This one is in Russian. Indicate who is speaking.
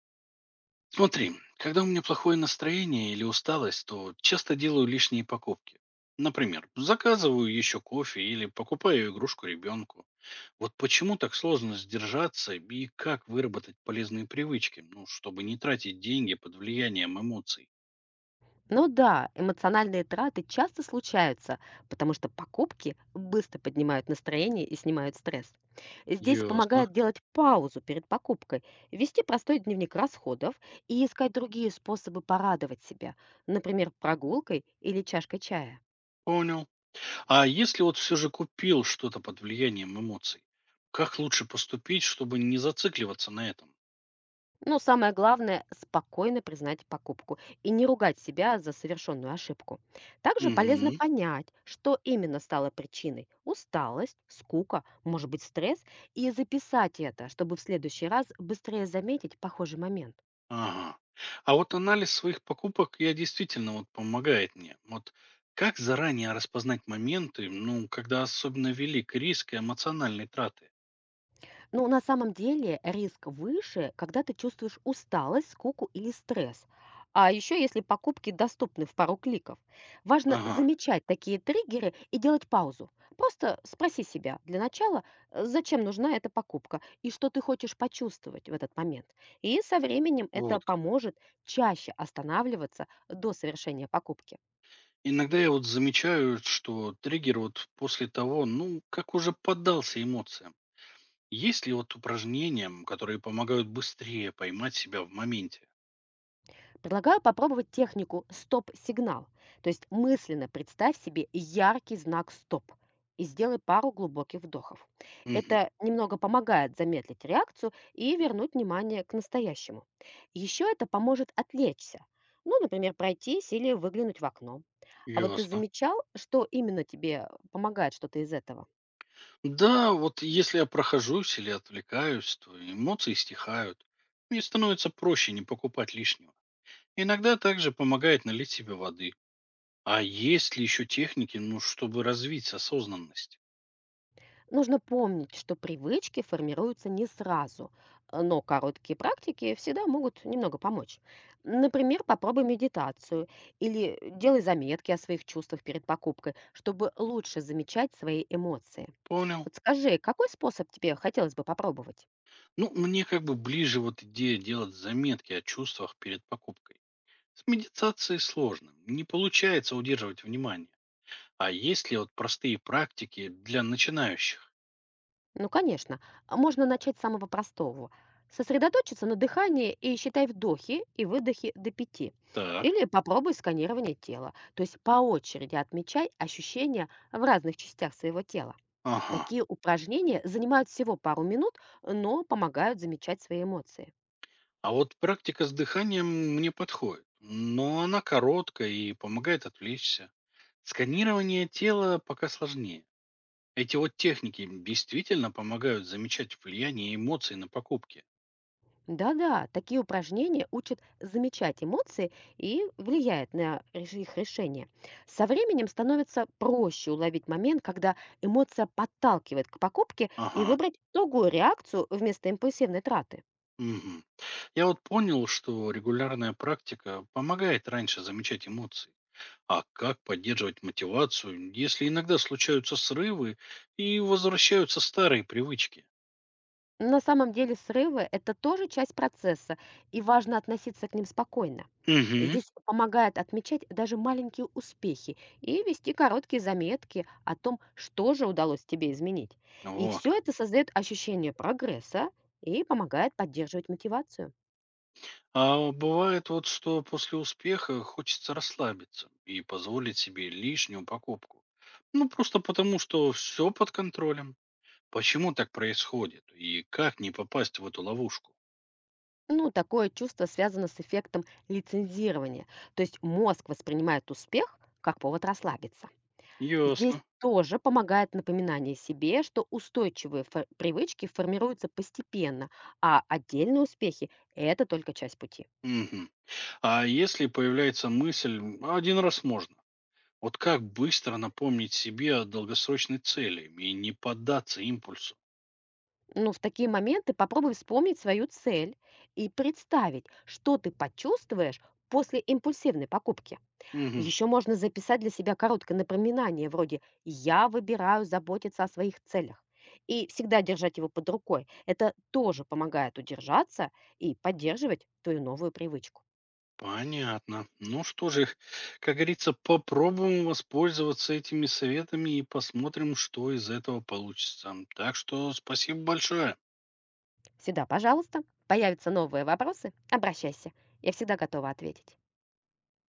Speaker 1: Смотри, когда у меня плохое настроение или усталость, то часто делаю лишние покупки. Например, заказываю еще кофе или покупаю игрушку ребенку. Вот почему так сложно сдержаться и как выработать полезные привычки, ну, чтобы не тратить деньги под влиянием эмоций.
Speaker 2: Ну да, эмоциональные траты часто случаются, потому что покупки быстро поднимают настроение и снимают стресс. Здесь
Speaker 1: Ясно.
Speaker 2: помогает делать паузу перед покупкой, вести простой дневник расходов и искать другие способы порадовать себя, например, прогулкой или чашкой чая.
Speaker 1: Понял. А если вот все же купил что-то под влиянием эмоций, как лучше поступить, чтобы не зацикливаться на этом?
Speaker 2: Но самое главное– спокойно признать покупку и не ругать себя за совершенную ошибку. Также полезно
Speaker 1: Мгм.
Speaker 2: понять, что именно стало причиной– усталость, скука, может быть, стресс– и записать это, чтобы в следующий раз быстрее заметить похожий момент.
Speaker 1: Ага. А вот анализ своих покупок я действительно вот помогает мне. Вот как заранее распознать моменты, ну, когда особенно велик риск и эмоциональной траты?
Speaker 2: Но на самом деле риск выше, когда ты чувствуешь усталость, скуку или стресс. А еще если покупки доступны в пару кликов. Важно
Speaker 1: Ага,
Speaker 2: замечать такие триггеры и делать паузу. Просто спроси себя для начала, зачем нужна эта покупка и что ты хочешь почувствовать в этот момент. И со временем это
Speaker 1: вот как.
Speaker 2: поможет чаще останавливаться до совершения покупки.
Speaker 1: Иногда я вот замечаю, что триггер вот после того, ну, как уже поддался эмоциям. Есть ли вот упражнения, которые помогают быстрее поймать себя в моменте?
Speaker 2: Предлагаю попробовать технику стоп-сигнал. То есть мысленно представь себе яркий знак стоп и сделай пару глубоких вдохов.
Speaker 1: Угу,
Speaker 2: Это немного помогает замедлить реакцию и вернуть внимание к настоящему. Еще это поможет отвлечься. Ну, например, пройтись или выглянуть в окно. А вот ты
Speaker 1: ясно.
Speaker 2: замечал, что именно тебе помогает что-то из этого?
Speaker 1: Да, вот если я прохожусь или отвлекаюсь, то эмоции стихают, и становится проще не покупать лишнего. Иногда также помогает налить себе воды. А есть ли еще техники, ну, чтобы развить осознанность?
Speaker 2: Нужно помнить, что привычки формируются не сразу, но короткие практики всегда могут немного помочь. Например, попробуй медитацию или делай заметки о своих чувствах перед покупкой, чтобы лучше замечать свои эмоции.
Speaker 1: Понял.
Speaker 2: Вот скажи, какой способ тебе хотелось бы попробовать?
Speaker 1: Ну, мне как бы ближе вот идея делать заметки о чувствах перед покупкой. С медитацией сложно, не получается удерживать внимание. А есть ли вот простые практики для начинающих?
Speaker 2: Ну, конечно, а можно начать с самого простого. Сосредоточиться на дыхании и считай вдохи и выдохи до пяти.
Speaker 1: Так,
Speaker 2: Или попробуй сканирование тела. То есть по очереди отмечай ощущения в разных частях своего тела.
Speaker 1: ага.
Speaker 2: Такие упражнения занимают всего пару минут, но помогают замечать свои эмоции.
Speaker 1: А вот практика с дыханием мне подходит, но она короткая и помогает отвлечься. Сканирование тела пока сложнее. Эти вот техники действительно помогают замечать влияние эмоций на покупки.
Speaker 2: Да-да, такие упражнения учат замечать эмоции и влияют на их решение. Со временем становится проще уловить момент, когда эмоция подталкивает к покупке и
Speaker 1: Ага.
Speaker 2: выбрать другую реакцию вместо импульсивной траты.
Speaker 1: Мгм. Я вот понял, что регулярная практика помогает раньше замечать эмоции. А как поддерживать мотивацию, если иногда случаются срывы и возвращаются старые привычки?
Speaker 2: На самом деле срывы- это тоже часть процесса, и важно относиться к ним спокойно.
Speaker 1: Угу.
Speaker 2: Здесь помогает отмечать даже маленькие успехи и вести короткие заметки о том, что же удалось тебе изменить. И
Speaker 1: Вот
Speaker 2: все
Speaker 1: как.
Speaker 2: это создает ощущение прогресса и помогает поддерживать мотивацию.
Speaker 1: А бывает вот, что после успеха хочется расслабиться и позволить себе лишнюю покупку. Ну, просто потому, что все под контролем. Почему так происходит и как не попасть в эту ловушку?
Speaker 2: Ну, такое чувство связано с эффектом лицензирования. То есть мозг воспринимает успех как повод расслабиться. Здесь
Speaker 1: Ясно.
Speaker 2: тоже помогает напоминание себе, что устойчивые привычки формируются постепенно, а отдельные успехи– это только часть пути.
Speaker 1: Мгм. А если появляется мысль, один раз можно, вот как быстро напомнить себе о долгосрочной цели и не поддаться импульсу?
Speaker 2: Ну, в такие моменты попробуй вспомнить свою цель и представить, что ты почувствуешь после импульсивной покупки.
Speaker 1: Мгм.
Speaker 2: Еще можно записать для себя короткое напоминание вроде «Я выбираю заботиться о своих целях». И всегда держать его под рукой. Это тоже помогает удержаться и поддерживать твою новую привычку.
Speaker 1: Понятно. Ну что же, как говорится, попробуем воспользоваться этими советами и посмотрим, что из этого получится. Так что спасибо большое.
Speaker 2: Всегда пожалуйста. Появятся новые вопросы- обращайся. Я всегда готова ответить.